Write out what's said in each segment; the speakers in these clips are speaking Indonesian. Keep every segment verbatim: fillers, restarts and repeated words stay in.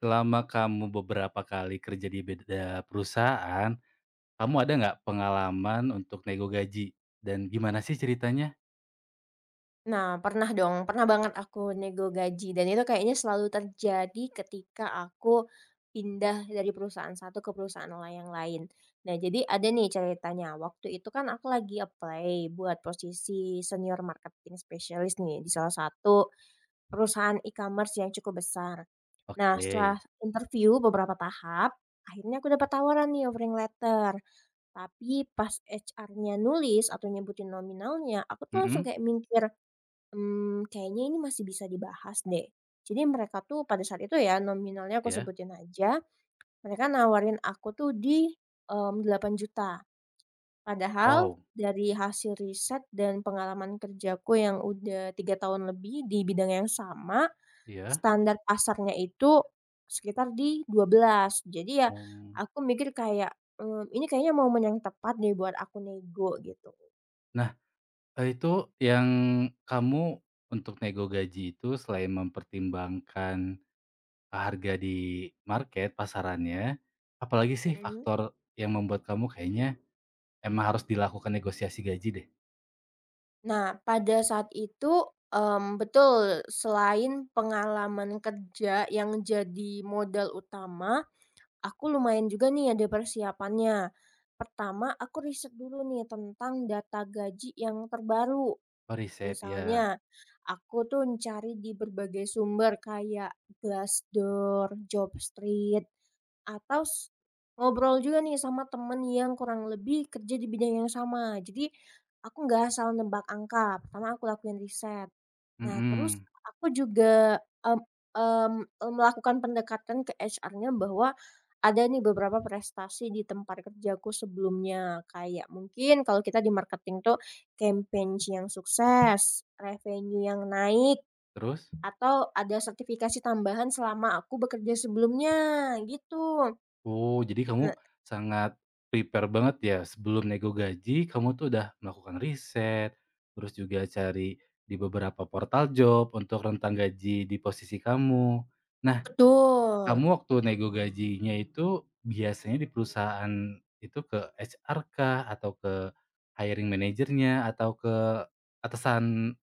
Selama kamu beberapa kali kerja di beda perusahaan, kamu ada nggak pengalaman untuk nego gaji? Dan gimana sih ceritanya? Nah, pernah dong, pernah banget aku nego gaji dan itu kayaknya selalu terjadi ketika aku pindah dari perusahaan satu ke perusahaan la- yang lain. Nah, jadi ada nih ceritanya. Waktu itu kan aku lagi apply buat posisi senior marketing specialist nih di salah satu perusahaan e-commerce yang cukup besar. Nah, Oke. setelah interview beberapa tahap, akhirnya aku dapat tawaran nih offering letter. Tapi pas H R-nya nulis atau nyebutin nominalnya, aku tuh langsung Mhm. kayak mikir, Mmm, kayaknya ini masih bisa dibahas deh. Jadi mereka tuh pada saat itu ya nominalnya aku Iya. sebutin aja, mereka nawarin aku tuh di, mmm, delapan juta rupiah. Padahal Wow. dari hasil riset dan pengalaman kerjaku yang udah tiga tahun lebih di bidang yang sama, Iya. standar pasarnya itu sekitar di dua belas. Jadi ya mmm, aku mikir kayak, mmm, ini kayaknya momen yang tepat deh buat aku nego gitu. nah, eee, itu yang kamu untuk nego gaji itu selain mempertimbangkan harga di market, pasarannya, apalagi sih Mhm. faktor yang membuat kamu kayaknya emang harus dilakukan negosiasi gaji deh? Nah, pada saat itu, mmm, betul, selain pengalaman kerja yang jadi modal utama, aku lumayan juga nih ada persiapannya. Pertama, aku riset dulu nih tentang data gaji yang terbaru. Oh, riset, iya. Misalnya, aku tuh cari di berbagai sumber kayak Glassdoor, Jobstreet, atau s ngobrol juga nih sama temen yang kurang lebih kerja di bidang yang sama. Jadi aku nggak asal nebak angka, pertama aku lakuin riset. Nah, terus Mhm. aku juga, mmm mmm, melakukan pendekatan ke H R-nya bahwa ada nih beberapa prestasi di tempat kerjaku sebelumnya, kayak mungkin kalau kita di marketing tuh campaign yang sukses, revenue yang naik, Terus? atau ada sertifikasi tambahan selama aku bekerja sebelumnya, gitu. Oh, jadi Nah. kamu sangat prepare banget ya sebelum nego gaji, kamu tuh udah melakukan riset, terus juga cari di beberapa portal job untuk rentang gaji di posisi kamu. Nah, Betul. kamu waktu nego gajinya itu biasanya di perusahaan itu ke H R kah atau ke hiring manajernya atau ke atasan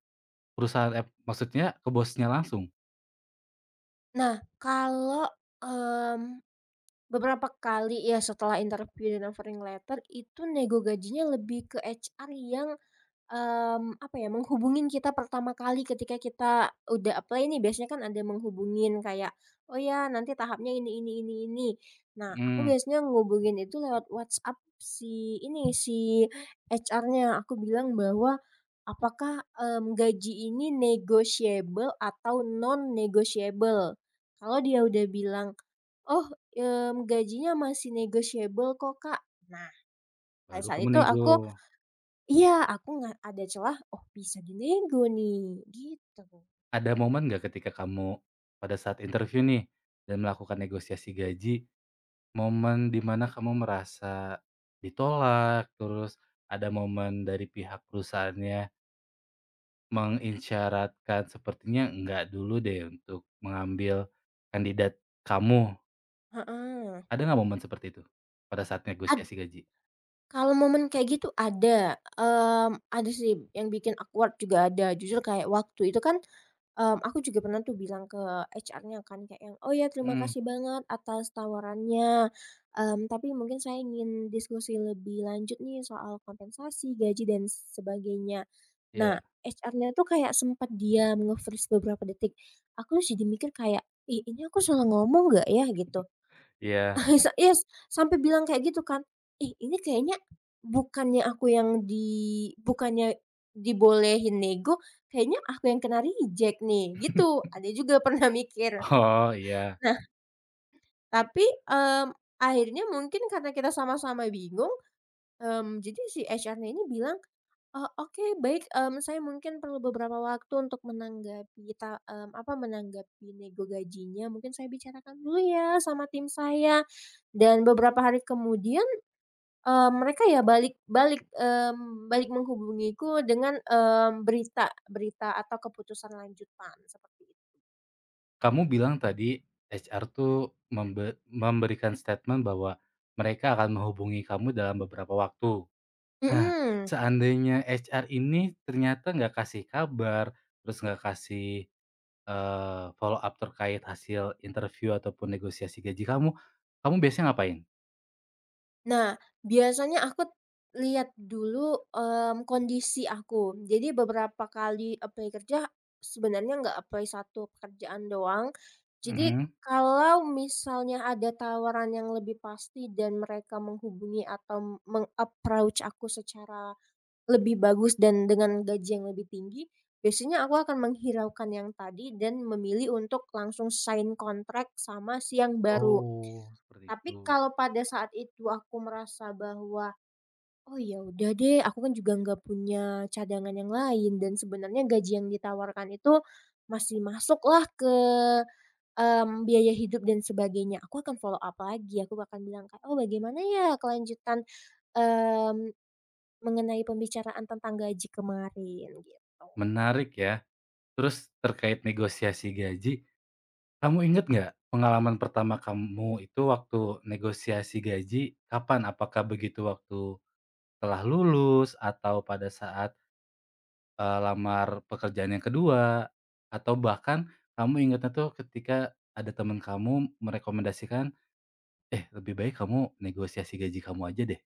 perusahaan, eh, maksudnya ke bosnya langsung? Nah, kalau, mmm, beberapa kali ya setelah interview dan offering letter itu nego gajinya lebih ke H R yang, Mmm, apa ya, menghubungin kita pertama kali ketika kita udah apply nih. Biasanya kan ada menghubungin kayak, "Oh ya, nanti tahapnya ini ini ini ini." Nah, aku Hmm, biasanya ngehubungin itu lewat WhatsApp si ini, si H R-nya. Aku bilang bahwa, "Apakah, mmm, gaji ini negotiable atau non-negotiable?" Kalau dia udah bilang, "Oh, mmm, gajinya masih negotiable kok, Kak." Nah, pada baru saat kamu itu nego. aku, iya, aku nggak ada celah, oh, bisa dinego nih, gitu. Ada momen nggak ketika kamu pada saat interview nih dan melakukan negosiasi gaji, momen di mana kamu merasa ditolak, terus ada momen dari pihak perusahaannya mengisyaratkan sepertinya enggak dulu deh untuk mengambil kandidat kamu, Heeh. ada nggak momen seperti itu pada saat Ad negosiasi gaji? Kalau momen kayak gitu ada, mmm, ada sih yang bikin awkward juga ada, jujur kayak waktu itu kan, Mmm, aku juga pernah tuh bilang ke H R-nya kan kayak yang, "Oh ya, terima Hmm. kasih banget atas tawarannya, mmm, tapi mungkin saya ingin diskusi lebih lanjut nih soal kompensasi, gaji dan sebagainya." iya Nah, H R-nya tuh kayak sempat dia nge-freeze beberapa detik. Aku terus jadi mikir kayak, "Ih, ini aku salah ngomong gak ya?" Gitu. iya. Sa yes, sampai bilang kayak gitu kan, "Ih, ini kayaknya bukannya aku yang di bukannya dibolehin nego, kayaknya aku yang kena reject nih," gitu. Ada juga pernah mikir. Oh, iya. Nah, tapi, mmm, akhirnya mungkin karena kita sama-sama bingung, mmm, jadi si H R-nya ini bilang, "Oh, oke, baik, mmm, saya mungkin perlu beberapa waktu untuk menanggapi ta mmm, apa, menanggapi nego gajinya. Mungkin saya bicarakan dulu ya sama tim saya." Dan beberapa hari kemudian, Eee, mereka ya balik balik, mmm, balik menghubungiku dengan, mmm, berita berita atau keputusan lanjutan seperti itu. Kamu bilang tadi H R tuh membe memberikan statement bahwa mereka akan menghubungi kamu dalam beberapa waktu. Nah, Mhm. seandainya H R ini ternyata nggak kasih kabar, terus nggak kasih, eee, follow up terkait hasil interview ataupun negosiasi gaji kamu, kamu biasanya ngapain? Nah, biasanya aku lihat dulu, mmm, kondisi aku. Jadi beberapa kali apply kerja sebenarnya nggak apply satu pekerjaan doang. Jadi Mhm. kalau misalnya ada tawaran yang lebih pasti dan mereka menghubungi atau meng-approach aku secara lebih bagus dan dengan gaji yang lebih tinggi, biasanya aku akan menghiraukan yang tadi dan memilih untuk langsung sign kontrak sama si yang baru. Oh, seperti itu. Tapi kalau pada saat itu aku merasa bahwa, "Oh, ya udah deh, aku kan juga nggak punya cadangan yang lain dan sebenarnya gaji yang ditawarkan itu masih masuklah ke, mmm, biaya hidup dan sebagainya." Aku akan follow up lagi, aku akan bilang kayak, "Oh, bagaimana ya kelanjutan, mmm" mengenai pembicaraan tentang gaji kemarin, gitu. Menarik ya. Terus terkait negosiasi gaji, kamu inget nggak pengalaman pertama kamu itu waktu negosiasi gaji kapan? Apakah begitu waktu telah lulus atau pada saat, eee, lamar pekerjaan yang kedua? Atau bahkan kamu ingatnya tuh ketika ada teman kamu merekomendasikan, "Eh, lebih baik kamu negosiasi gaji kamu aja deh."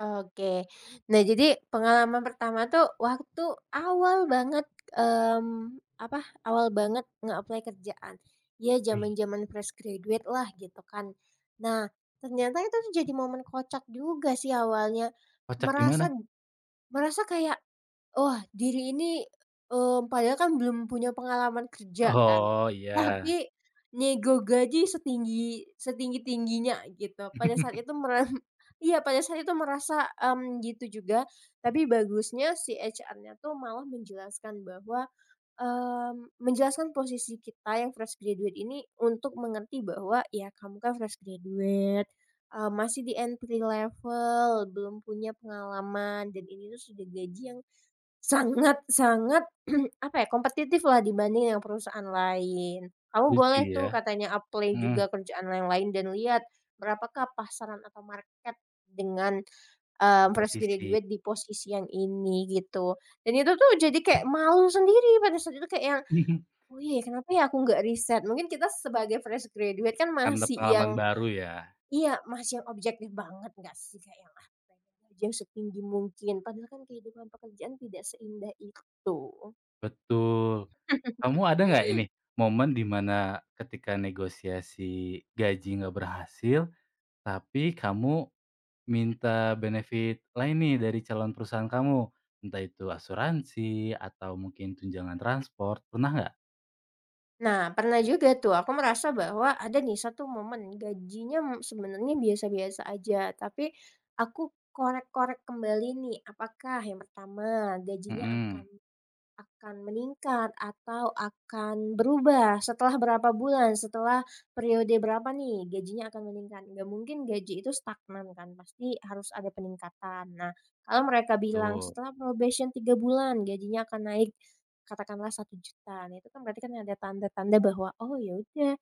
Oke. Nah, jadi pengalaman pertama tuh waktu awal banget, mmm, apa, awal banget nge-apply kerjaan. Ya, Wih. zaman-zaman fresh graduate lah gitu kan. Nah, ternyata itu tuh jadi momen kocak juga sih awalnya. Kocak Merasa gimana? merasa kayak, "Wah, diri ini, eee, padahal kan belum punya pengalaman kerja kan, Oh, iya. tapi nego gaji setinggi setinggi-tingginya gitu." Pada saat itu meram iya, pada saat itu merasa, mmm, gitu juga, tapi bagusnya si H R-nya tuh malah menjelaskan bahwa, mmm, menjelaskan posisi kita yang fresh graduate ini untuk mengerti bahwa, "Ya, kamu kan fresh graduate, eee, masih di entry level, belum punya pengalaman dan ini tuh sudah gaji yang sangat sangat, apa ya, kompetitif lah dibanding yang perusahaan lain. Kamu Lucu boleh tuh ya? katanya apply Mhm. juga kerjaan yang lain dan lihat berapakah pasaran atau market dengan, eee, fresh Posisi. graduate di posisi yang ini gitu." Dan itu tuh jadi kayak malu sendiri pada saat itu kayak yang, "Oh, iya ya, kenapa ya aku nggak riset?" Mungkin kita sebagai fresh graduate kan Karena masih yang pengalaman baru ya? Iya, masih yang objektif banget nggak sih, kayak yang, ah, pengen gaji yang setinggi mungkin, padahal kan kehidupan pekerjaan tidak seindah itu. Betul. Kamu ada nggak ini, momen di mana ketika negosiasi gaji nggak berhasil, tapi kamu minta benefit lain nih dari calon perusahaan kamu? Entah itu asuransi atau mungkin tunjangan transport, pernah nggak? Nah, pernah juga tuh aku merasa bahwa ada nih satu momen gajinya m sebenarnya biasa-biasa aja, tapi aku korek-korek kembali nih, apakah yang pertama gajinya akan Mhm. Akan meningkat atau akan berubah setelah berapa bulan, setelah periode berapa nih gajinya akan meningkat. Nggak mungkin gaji itu stagnan kan, pasti harus ada peningkatan. Nah, kalau mereka bilang Betul. setelah probation tiga bulan gajinya akan naik katakanlah satu juta. Nah, itu kan berarti kan ada tanda-tanda bahwa, oh ya udah,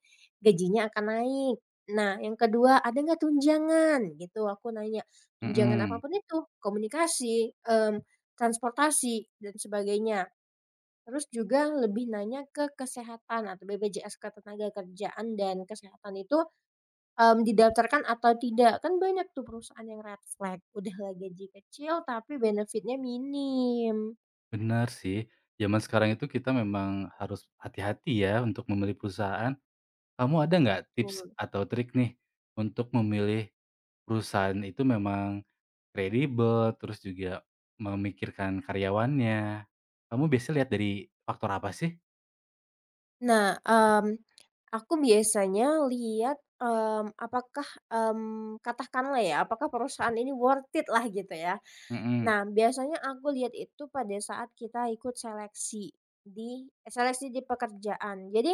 gajinya akan naik. Nah, yang kedua, ada nggak tunjangan? Gitu aku nanya. Tunjangan Mhm. apapun itu, komunikasi, mmm, transportasi dan sebagainya. Terus juga lebih nanya ke kesehatan atau B P J S ketenagakerjaan dan kesehatan itu, mmm, didaftarkan atau tidak. Kan banyak tuh perusahaan yang red flag, udah lah gaji kecil tapi benefitnya minim. Benar sih. Zaman sekarang itu kita memang harus hati-hati ya untuk memilih perusahaan. Kamu ada nggak tips Betul. atau trik nih, untuk memilih perusahaan itu memang kredibel, terus juga memikirkan karyawannya. Kamu biasanya lihat dari faktor apa sih? Nah, mmm, aku biasanya lihat, mmm, apakah, mmm, katakanlah ya, apakah perusahaan ini worth it lah gitu ya. Mhm. Nah, biasanya aku lihat itu pada saat kita ikut seleksi di eh, seleksi di pekerjaan. Jadi,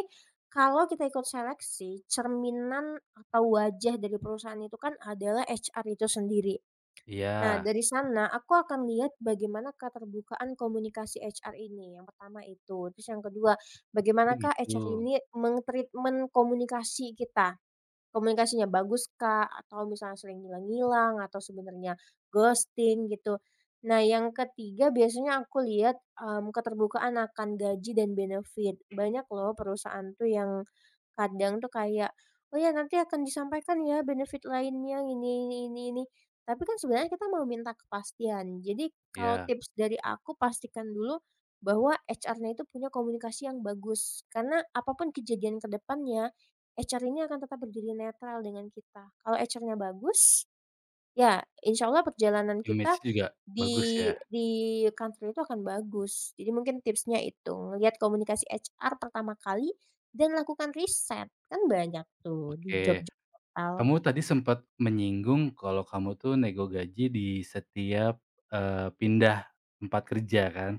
kalau kita ikut seleksi, cerminan atau wajah dari perusahaan itu kan adalah H R itu sendiri. Nah, Iya. dari sana aku akan lihat bagaimana keterbukaan komunikasi H R ini. Yang pertama itu. Terus yang kedua, Oh bagaimanakah gitu, H R ini meng-treatment komunikasi kita. Komunikasinya bagus kah? Atau misalnya sering ngilang-ngilang atau sebenarnya ghosting gitu. Nah, yang ketiga biasanya aku lihat, mmm, keterbukaan akan gaji dan benefit. Banyak loh perusahaan tuh yang kadang tuh kayak, "Oh ya nanti akan disampaikan ya benefit lainnya ini ini ini ini." Tapi kan sebenarnya kita mau minta kepastian. Jadi kalau iya. tips dari aku, pastikan dulu bahwa H R-nya itu punya komunikasi yang bagus, karena apapun kejadian ke depannya H R ini akan tetap berdiri netral dengan kita. Kalau H R-nya bagus, ya insya Allah perjalanan kita Image-nya juga bagus di ya? di kantor itu akan bagus. Jadi mungkin tipsnya itu, lihat komunikasi H R pertama kali dan lakukan riset, kan banyak tuh di Oke. job-job portal. Kamu tadi sempat menyinggung kalau kamu tuh nego gaji di setiap, eee, pindah tempat kerja kan.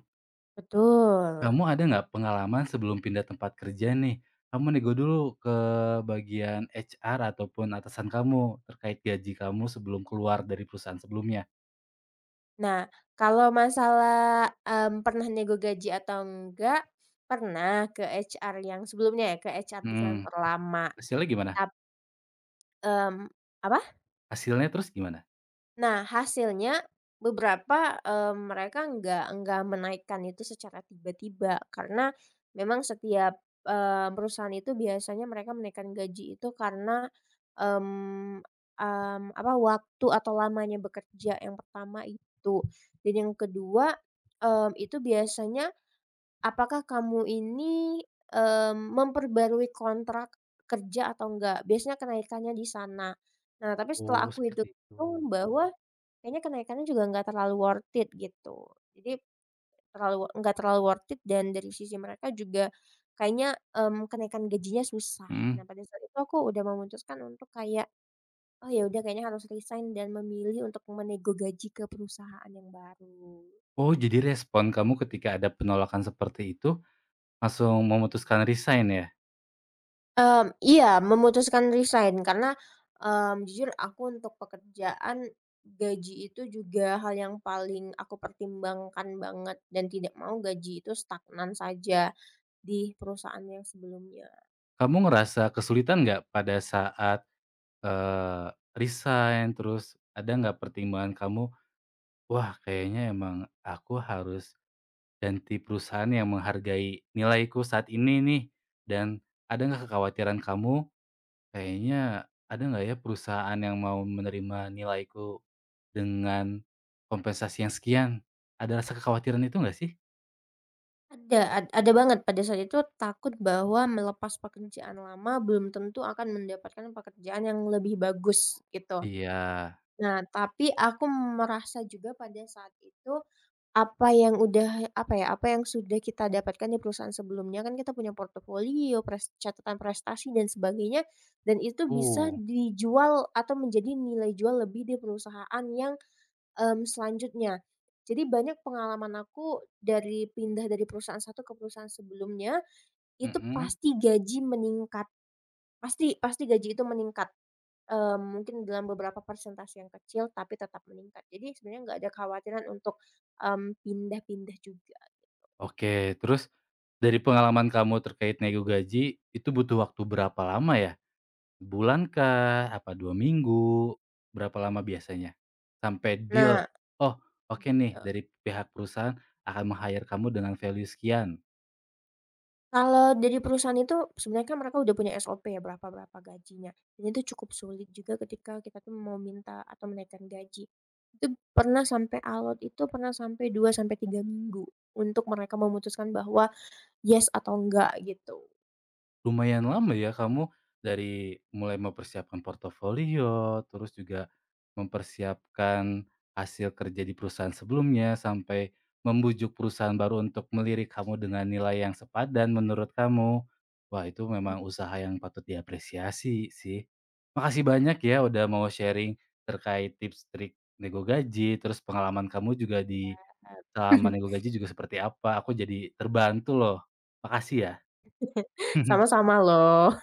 Betul. Kamu ada nggak pengalaman sebelum pindah tempat kerja nih, kamu nego dulu ke bagian H R ataupun atasan kamu terkait gaji kamu sebelum keluar dari perusahaan sebelumnya? Nah, kalau masalah, mmm, pernah nego gaji atau enggak, pernah ke H R yang sebelumnya ya, ke H R di Mhm, kantor lama, hasilnya gimana? tap mmm, apa? Hasilnya terus gimana? Nah, hasilnya beberapa, eee, mereka nggak nggak menaikkan itu secara tiba-tiba, karena memang setiap, eee, perusahaan itu biasanya mereka menaikkan gaji itu karena, mmm, mmm, apa, waktu atau lamanya bekerja yang pertama itu. Dan yang kedua, mmm, itu biasanya apakah kamu ini, mmm, memperbarui kontrak kerja atau enggak, biasanya kenaikannya di sana. Nah, tapi setelah Oh, aku itu seperti itu. hitung bahwa kayaknya kenaikannya juga nggak terlalu worth it gitu. Jadi terlalu nggak terlalu worth it dan dari sisi mereka juga kayaknya, mmm, kenaikan gajinya susah. Mhm. Nah, pada saat itu aku udah memutuskan untuk kayak, "Oh ya udah, kayaknya harus resign dan memilih untuk menego gaji ke perusahaan yang baru." Oh, jadi respon kamu ketika ada penolakan seperti itu, langsung memutuskan resign ya? Mmm, iya, memutuskan resign karena, mmm, jujur aku untuk pekerjaan, gaji itu juga hal yang paling aku pertimbangkan banget dan tidak mau gaji itu stagnan saja. Di perusahaan yang sebelumnya. Kamu ngerasa kesulitan nggak pada saat, eee, resign, terus ada nggak pertimbangan kamu, "Wah, kayaknya emang aku harus ganti perusahaan yang menghargai nilaiku saat ini nih." Dan ada nggak kekhawatiran kamu, "Kayaknya ada nggak ya perusahaan yang mau menerima nilaiku?" Dengan kompensasi yang sekian, ada rasa kekhawatiran itu nggak sih? Ada ad ada banget pada saat itu takut bahwa melepas pekerjaan lama belum tentu akan mendapatkan pekerjaan yang lebih bagus gitu. Iya. Nah, tapi aku merasa juga pada saat itu apa yang udah apa ya, apa yang sudah kita dapatkan di perusahaan sebelumnya kan kita punya portofolio, pres catatan prestasi dan sebagainya dan itu bisa Uh. dijual atau menjadi nilai jual lebih di perusahaan yang, mmm, selanjutnya. Jadi banyak pengalaman aku dari pindah dari perusahaan satu ke perusahaan sebelumnya, itu Mhm. pasti gaji meningkat, pasti pasti gaji itu meningkat, eee, mungkin dalam beberapa persentase yang kecil tapi tetap meningkat. Jadi sebenarnya nggak ada kekhawatiran untuk, mmm, pindah-pindah juga. Oke. Terus dari pengalaman kamu terkait nego gaji, itu butuh waktu berapa lama ya? Sebulan kah? Apa dua minggu? Berapa lama biasanya? Sampai deal, Nah, "Oh, oke nih dari pihak perusahaan akan meng-hire kamu dengan value sekian." kalau dari perusahaan itu sebenarnya kan mereka udah punya sop ya berapa-berapa gajinya, dan itu cukup sulit juga ketika kita tuh mau minta atau menaikkan gaji. Itu pernah sampai alot. Itu pernah sampai dua sampai tiga minggu untuk mereka memutuskan bahwa yes atau enggak gitu. Lumayan lama ya kamu dari mulai mempersiapkan portofolio, terus juga mempersiapkan hasil kerja di perusahaan sebelumnya, sampai membujuk perusahaan baru untuk melirik kamu dengan nilai yang sepadan menurut kamu. Wah, itu Mhm, memang usaha yang patut diapresiasi sih. Makasih banyak ya udah mau sharing terkait tips trik nego gaji, terus pengalaman kamu juga di iya. selama nego gaji juga seperti apa. Aku jadi terbantu loh. Makasih ya. Sama-sama loh.